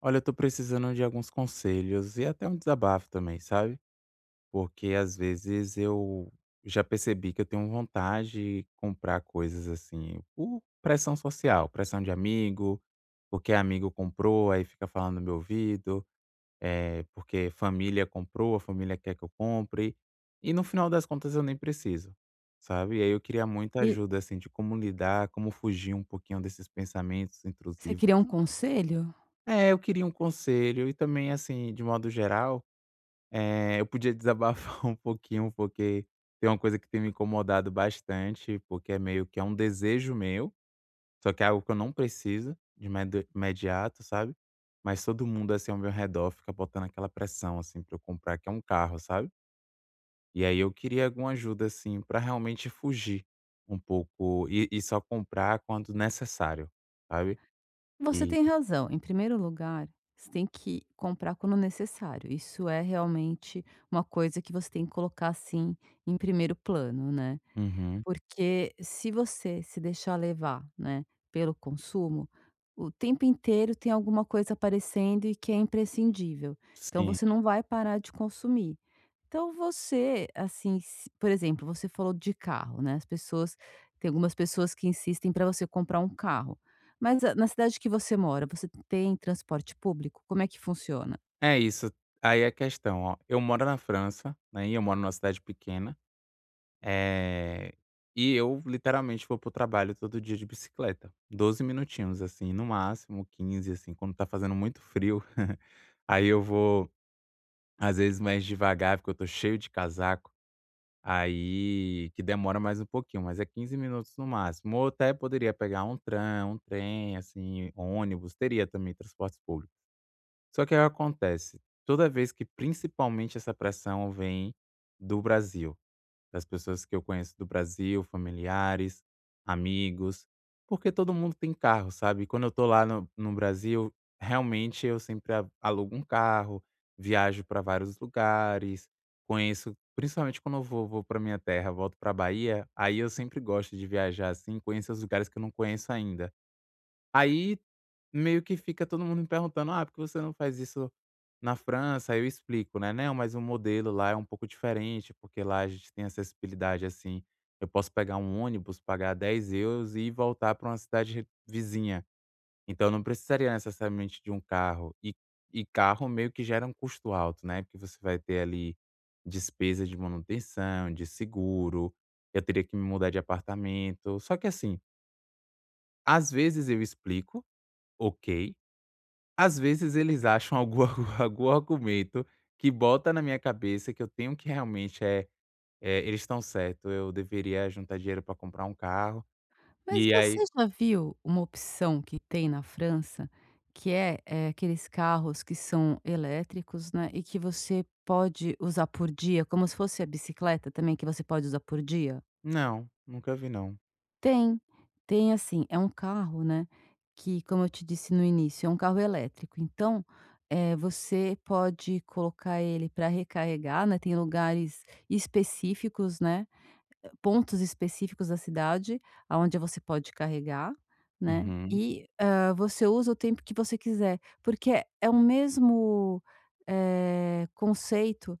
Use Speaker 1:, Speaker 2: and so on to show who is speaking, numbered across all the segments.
Speaker 1: Olha, eu tô precisando de alguns conselhos e até um desabafo também, sabe? Porque às vezes eu já percebi que eu tenho vontade de comprar coisas assim, por pressão social, pressão de amigo, porque amigo comprou, aí fica falando no meu ouvido, é, porque família comprou, a família quer que eu compre, e no final das contas eu nem preciso, sabe? E aí eu queria muita
Speaker 2: E
Speaker 1: ajuda, assim, de como lidar, como fugir um pouquinho desses pensamentos
Speaker 2: você
Speaker 1: intrusivos.
Speaker 2: queria um conselho?
Speaker 1: É, eu queria um conselho e também, assim, de modo geral, eu podia desabafar um pouquinho, porque tem uma coisa que tem me incomodado bastante, porque é meio que é um desejo meu, só que é algo que eu não preciso de imedo imediato, sabe. Mas todo mundo, assim, ao meu redor fica botando aquela pressão, assim, pra eu comprar, que é um carro, sabe. E aí eu queria alguma ajuda, assim, pra realmente fugir um pouco e só comprar quando necessário, sabe.
Speaker 2: Você
Speaker 1: E.
Speaker 2: tem razão. Em primeiro lugar, você tem que comprar quando necessário. Isso é realmente uma coisa que você tem que colocar assim em primeiro plano, né?
Speaker 1: Uhum.
Speaker 2: Porque se você se deixar levar, né, pelo consumo, o tempo inteiro tem alguma coisa aparecendo e que é imprescindível. Então
Speaker 1: Sim.
Speaker 2: você não vai parar de consumir. Então você, assim, por exemplo, você falou de carro, né? As pessoas, tem algumas pessoas que insistem para você comprar um carro. Mas ah, na cidade que você mora, você tem transporte público? Como é que funciona?
Speaker 1: É isso. Aí é a questão, ó, eu moro na França, né, e eu moro numa cidade pequena, eh, e eu literalmente vou pro trabalho todo dia de bicicleta. 12 minutinhos, assim, no máximo 15, assim, quando tá fazendo muito frio, aí eu vou, às vezes, mais devagar, porque eu tô cheio de casaco, aí que demora mais um pouquinho, mas é 15 minutos no máximo. Ou até poderia pegar um tram, um trem, assim, ônibus, teria também transportes públicos. Só que aí acontece, toda vez que principalmente essa pressão vem do Brasil, das pessoas que eu conheço do Brasil, familiares, amigos, porque todo mundo tem carro, sabe? Quando eu tô lá no Brasil, realmente eu sempre alugo um carro, viajo para vários lugares, conheço, principalmente quando vou para minha terra, volto para Bahia, aí eu sempre gosto de viajar assim, conhecer os lugares que eu não conheço ainda. Aí meio que fica todo mundo me perguntando: ah, por que você não faz isso na França? Aí eu explico, né: "Não, mas o modelo lá é um pouco diferente, porque lá a gente tem acessibilidade, assim, eu posso pegar um ônibus, pagar 10 euros e voltar para uma cidade re vizinha. Então eu não precisaria necessariamente de um carro". E carro meio que gera um custo alto, né, porque você vai ter ali despesa de manutenção, de seguro, eu teria que me mudar de apartamento. Só que assim, às vezes eu explico, ok. Às vezes eles acham algum argu algum argumento que bota na minha cabeça que eu tenho que realmente, eles estão certo, eu deveria juntar dinheiro para comprar um carro,
Speaker 2: Mas
Speaker 1: e
Speaker 2: você
Speaker 1: aí
Speaker 2: já viu uma opção que tem na França, que é, aqueles carros que são elétricos, né, e que você pode usar por dia, como se fosse a bicicleta também, que você pode usar por dia?
Speaker 1: não, nunca vi não.
Speaker 2: Tem, tem assim, é um carro, né, que como eu te disse no início, é um carro elétrico, então, você pode colocar ele para recarregar, né, tem lugares específicos, né, pontos específicos da cidade, aonde você pode carregar, né,
Speaker 1: Uhum.
Speaker 2: e, você usa o tempo que você quiser, porque é o mesmo, conceito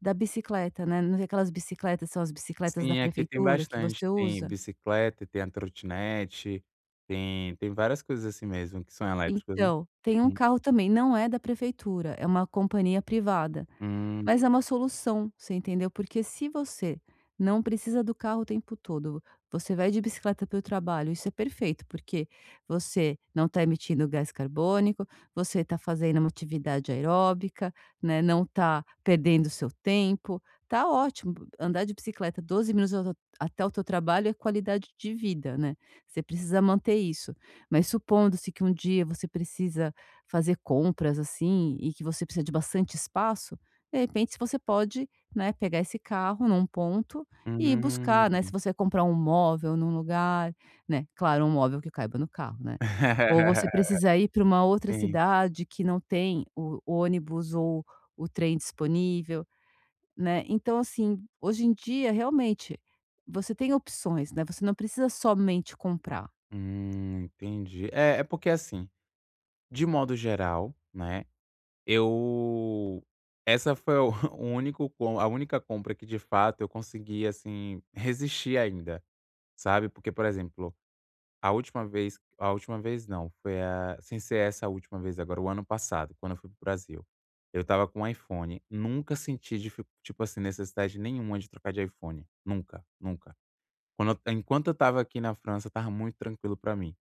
Speaker 2: da bicicleta, né, não tem aquelas bicicletas, são as bicicletas da
Speaker 1: Sim, aqui tem
Speaker 2: prefeitura que você
Speaker 1: bastante, tem
Speaker 2: usa?
Speaker 1: bicicleta, tem a trotinete, tem várias coisas assim mesmo que são elétricas, né.
Speaker 2: Então, tem um
Speaker 1: Uhum.
Speaker 2: carro também, não é da prefeitura, é uma companhia privada.
Speaker 1: Hum,
Speaker 2: Mas é uma solução, você entendeu? Porque se você não precisa do carro o tempo todo, você vai de bicicleta para o trabalho, isso é perfeito, porque você não está emitindo gás carbônico, você está fazendo uma atividade aeróbica, né, não está perdendo seu tempo, tá ótimo. Andar de bicicleta 12 minutos até o teu trabalho é qualidade de vida, né? Você precisa manter isso. Mas supondo-se que um dia você precisa fazer compras assim e que você precisa de bastante espaço, de repente, se você pode, né, pegar esse carro num ponto e ir
Speaker 1: hum.
Speaker 2: buscar, né, se você comprar um móvel num lugar, né, claro, um móvel que caiba no carro, né. Ou você precisa ir para uma outra
Speaker 1: Sim.
Speaker 2: cidade que não tem o ônibus ou o trem disponível, né. Então, assim, hoje em dia, realmente, você tem opções, né, você não precisa somente comprar.
Speaker 1: Entendi. É, é porque assim, de modo geral, né. Eu Essa foi o o único, com a única compra que de fato eu consegui, assim, resistir ainda, sabe, porque, por exemplo, a última vez não, foi a, sem ser essa última vez agora, o ano passado, quando eu fui para o Brasil, eu estava com um iPhone, nunca senti difi tipo assim, necessidade nenhuma de trocar de iPhone, nunca, nunca. Quando eu enquanto eu estava aqui na França, tava muito tranquilo para mim.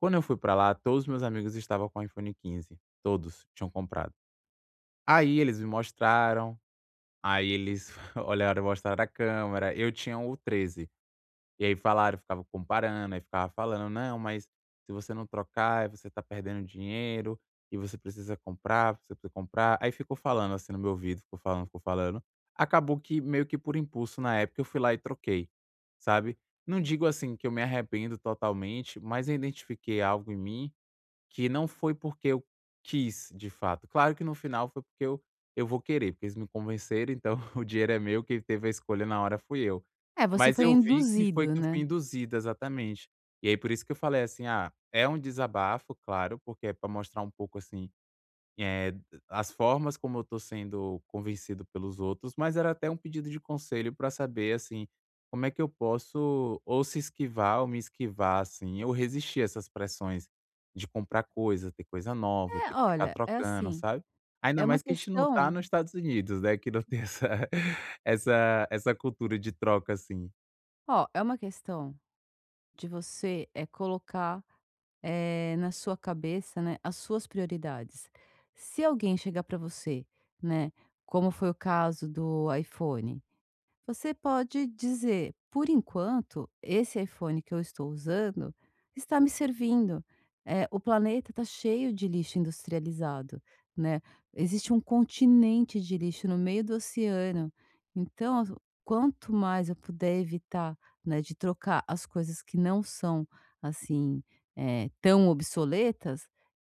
Speaker 1: Quando eu fui para lá, todos os meus amigos estavam com iPhone 15, todos tinham comprado. Aí eles me mostraram, aí eles olharam, mostraram a câmera, eu tinha o 13. E aí falaram, ficava comparando, aí ficava falando: "Não, mas se você não trocar, você tá perdendo dinheiro e você precisa comprar, você precisa comprar". Aí ficou falando assim no meu ouvido, ficou falando, ficou falando. Acabou que meio que por impulso na época eu fui lá e troquei, sabe. Não digo assim que eu me arrependo totalmente, mas eu identifiquei algo em mim que não foi porque eu quis, de fato. Claro que no final foi porque eu vou querer, porque eles me convenceram, então o dinheiro é meu, quem teve a escolha na hora fui eu.
Speaker 2: É, você
Speaker 1: Mas
Speaker 2: foi
Speaker 1: eu vi que foi,
Speaker 2: induzido,
Speaker 1: que eu fui
Speaker 2: né.
Speaker 1: induzida exatamente. E aí por isso que eu falei assim: "Ah, é um desabafo, claro, porque é pra mostrar um pouco assim eh, as formas como eu tô sendo convencido pelos outros, mas era até um pedido de conselho para saber, assim, como é que eu posso ou se esquivar ou me esquivar, assim, ou resistir a essas pressões de comprar coisa, ter coisa nova, ter
Speaker 2: É,
Speaker 1: que ficar
Speaker 2: olha, é
Speaker 1: trocando,
Speaker 2: assim,
Speaker 1: sabe. Ainda
Speaker 2: é uma
Speaker 1: mais que a gente não tá
Speaker 2: questão,
Speaker 1: nos Estados Unidos, né, que não tem essa essa cultura de troca, assim.
Speaker 2: ó, é uma questão de você é colocar, na sua cabeça, né, as suas prioridades. Se alguém chegar para você, né, como foi o caso do iPhone, você pode dizer: "Por enquanto, esse iPhone que eu estou usando está me servindo. Eh, o planeta está cheio de lixo industrializado, né? Existe um continente de lixo no meio do oceano. Então, quanto mais eu puder evitar, né, de trocar as coisas que não são, assim, tão obsoletas,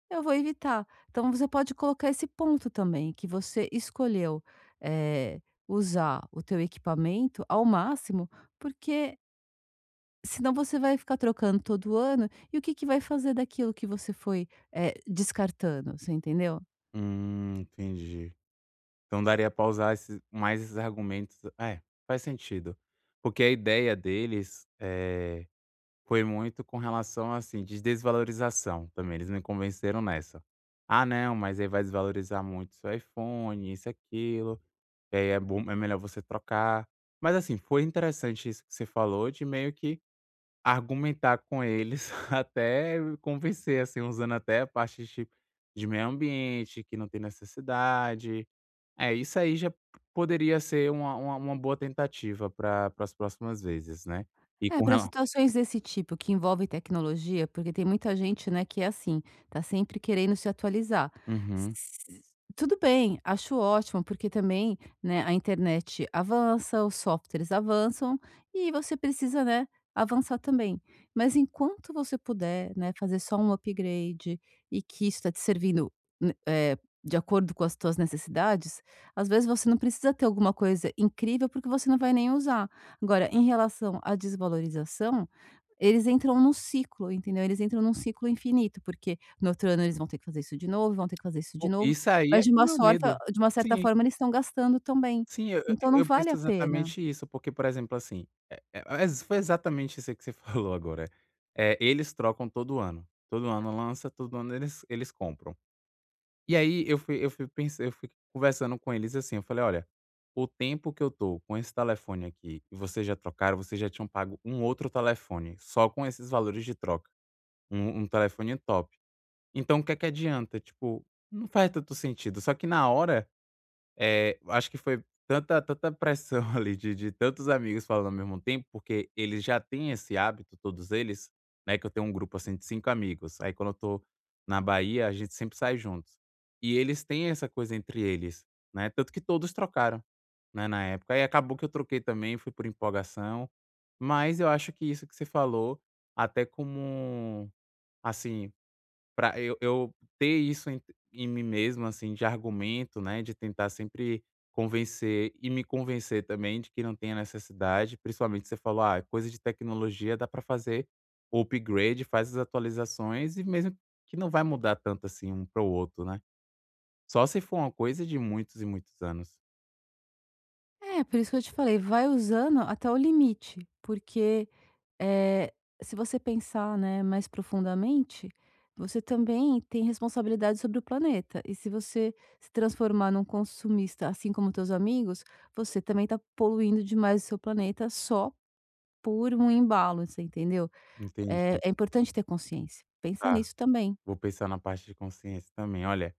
Speaker 2: eu vou evitar". Então você pode colocar esse ponto também, que você escolheu. eh, Usar o teu equipamento ao máximo, porque senão você vai ficar trocando todo ano, e o que que vai fazer daquilo que você foi, descartando, você entendeu?
Speaker 1: Entendi. Então daria pra usar esses mais esses argumentos, é, faz sentido. Porque a ideia deles, foi muito com relação, assim, de desvalorização também, eles me convenceram nessa. "Ah não, mas aí vai desvalorizar muito seu iPhone, isso aquilo, e aí é bom é melhor você trocar". Mas assim, foi interessante isso que você falou, de meio que argumentar com eles até me convencer, assim, usando até a parte de tipo, de meio ambiente, que não tem necessidade. É, isso aí já poderia ser uma boa tentativa pra para as próximas vezes, né. E
Speaker 2: É,
Speaker 1: com
Speaker 2: para
Speaker 1: rela
Speaker 2: situações desse tipo, que envolvem tecnologia, porque tem muita gente, né, que é assim, tá sempre querendo se atualizar.
Speaker 1: Uhum.
Speaker 2: S- Tudo bem, acho ótimo, porque também, né, a internet avança, os softwares avançam e você precisa, né, avançar também. Mas enquanto você puder, né, fazer só um upgrade e que isso está te servindo, é, de acordo com as tuas necessidades, às vezes você não precisa ter alguma coisa incrível porque você não vai nem usar. Agora, em relação à desvalorização, eles entram num ciclo, entendeu? Eles entram num ciclo infinito, porque no outro ano eles vão ter que fazer isso de novo, vão ter que fazer isso de
Speaker 1: O
Speaker 2: novo,
Speaker 1: Isso aí é
Speaker 2: mas de
Speaker 1: que é o
Speaker 2: uma
Speaker 1: meu
Speaker 2: sorta
Speaker 1: medo.
Speaker 2: de uma certa
Speaker 1: Sim,
Speaker 2: forma eles estão gastando também,
Speaker 1: sim, eu eu
Speaker 2: então não
Speaker 1: eu
Speaker 2: vale
Speaker 1: penso
Speaker 2: a pena.
Speaker 1: exatamente isso, porque, por exemplo, assim, eh eh, ex foi exatamente isso aí que você falou agora. É, eles trocam todo ano. Todo ano lança, todo ano eles compram. E aí eu fui conversando com eles, assim, eu falei: "Olha, o tempo que eu tô com esse telefone aqui e vocês já trocaram, vocês já tinham pago um outro telefone, só com esses valores de troca, um telefone top. Então o que é que adianta?" Tipo, não faz tanto sentido, só que na hora acho que foi tanta pressão ali de tantos amigos falando ao mesmo tempo, porque eles já têm esse hábito, todos eles, né, que eu tenho um grupo, assim, de 5 amigos, aí quando eu tô na Bahia, a gente sempre sai juntos. E eles têm essa coisa entre eles, né, tanto que todos trocaram, né, na época. Aí acabou que eu troquei também, fui por empolgação, mas eu acho que isso que você falou, até como, assim, pra eu ter isso em mim mesmo, assim, de argumento, né, de tentar sempre convencer e me convencer também de que não tem a necessidade. Principalmente você falou: "Ah, coisa de tecnologia dá para fazer o upgrade, faz as atualizações e mesmo que não vai mudar tanto assim um para o outro, né". Só se for uma coisa de muitos e muitos anos.
Speaker 2: É, por isso que eu te falei, vai usando até o limite, porque Eh, se você pensar, né, mais profundamente, você também tem responsabilidade sobre o planeta. E se você se transformar num consumista, assim como teus amigos, você também está poluindo demais o seu planeta só por um embalo, você entendeu? É,
Speaker 1: Entendi.
Speaker 2: é importante ter consciência. Pensa
Speaker 1: Tá,
Speaker 2: nisso também.
Speaker 1: vou pensar na parte de consciência também. Olha,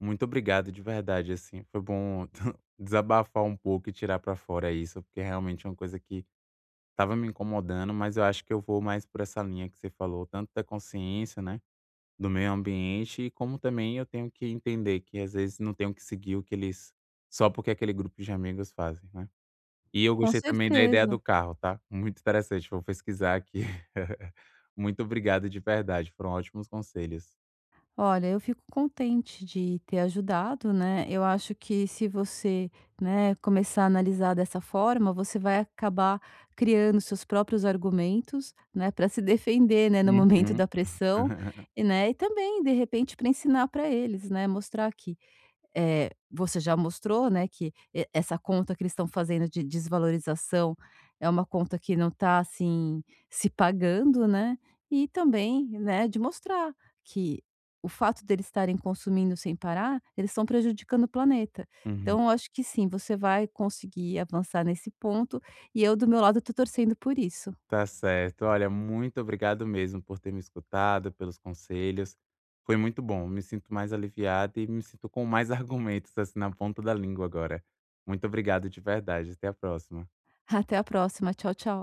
Speaker 1: muito obrigado de verdade, assim, foi bom desabafar um pouco e tirar pra fora isso, porque realmente é uma coisa que tava me incomodando, mas eu acho que eu vou mais por essa linha que você falou, tanto da consciência, né, do meio ambiente, e como também eu tenho que entender que às vezes não tenho que seguir o que eles, só porque aquele grupo de amigos fazem, né. E eu
Speaker 2: Com
Speaker 1: gostei também da ideia
Speaker 2: certeza.
Speaker 1: do carro, tá, muito interessante, vou pesquisar aqui. Muito obrigado de verdade, foram ótimos conselhos.
Speaker 2: Olha, eu fico contente de ter ajudado, né. Eu acho que se você, né, começar a analisar dessa forma, você vai acabar criando seus próprios argumentos, né, para se defender, né, no momento
Speaker 1: Uhum.
Speaker 2: da pressão, e, né, e também de repente para ensinar para eles, né, mostrar que você já mostrou, né, que essa conta que eles estão fazendo de desvalorização é uma conta que não está assim, se pagando, né, e também, né, de mostrar que o fato deles estarem consumindo sem parar, eles estão prejudicando o planeta. Então
Speaker 1: Uhum.
Speaker 2: eu acho que sim, você vai conseguir avançar nesse ponto e eu, do meu lado, estou torcendo por isso.
Speaker 1: Tá certo. Olha, muito obrigado mesmo por ter me escutado, pelos conselhos. Foi muito bom. Me sinto mais aliviado e me sinto com mais argumentos assim na ponta da língua agora. Muito obrigado de verdade. Até a próxima.
Speaker 2: Até a próxima. Tchau, tchau.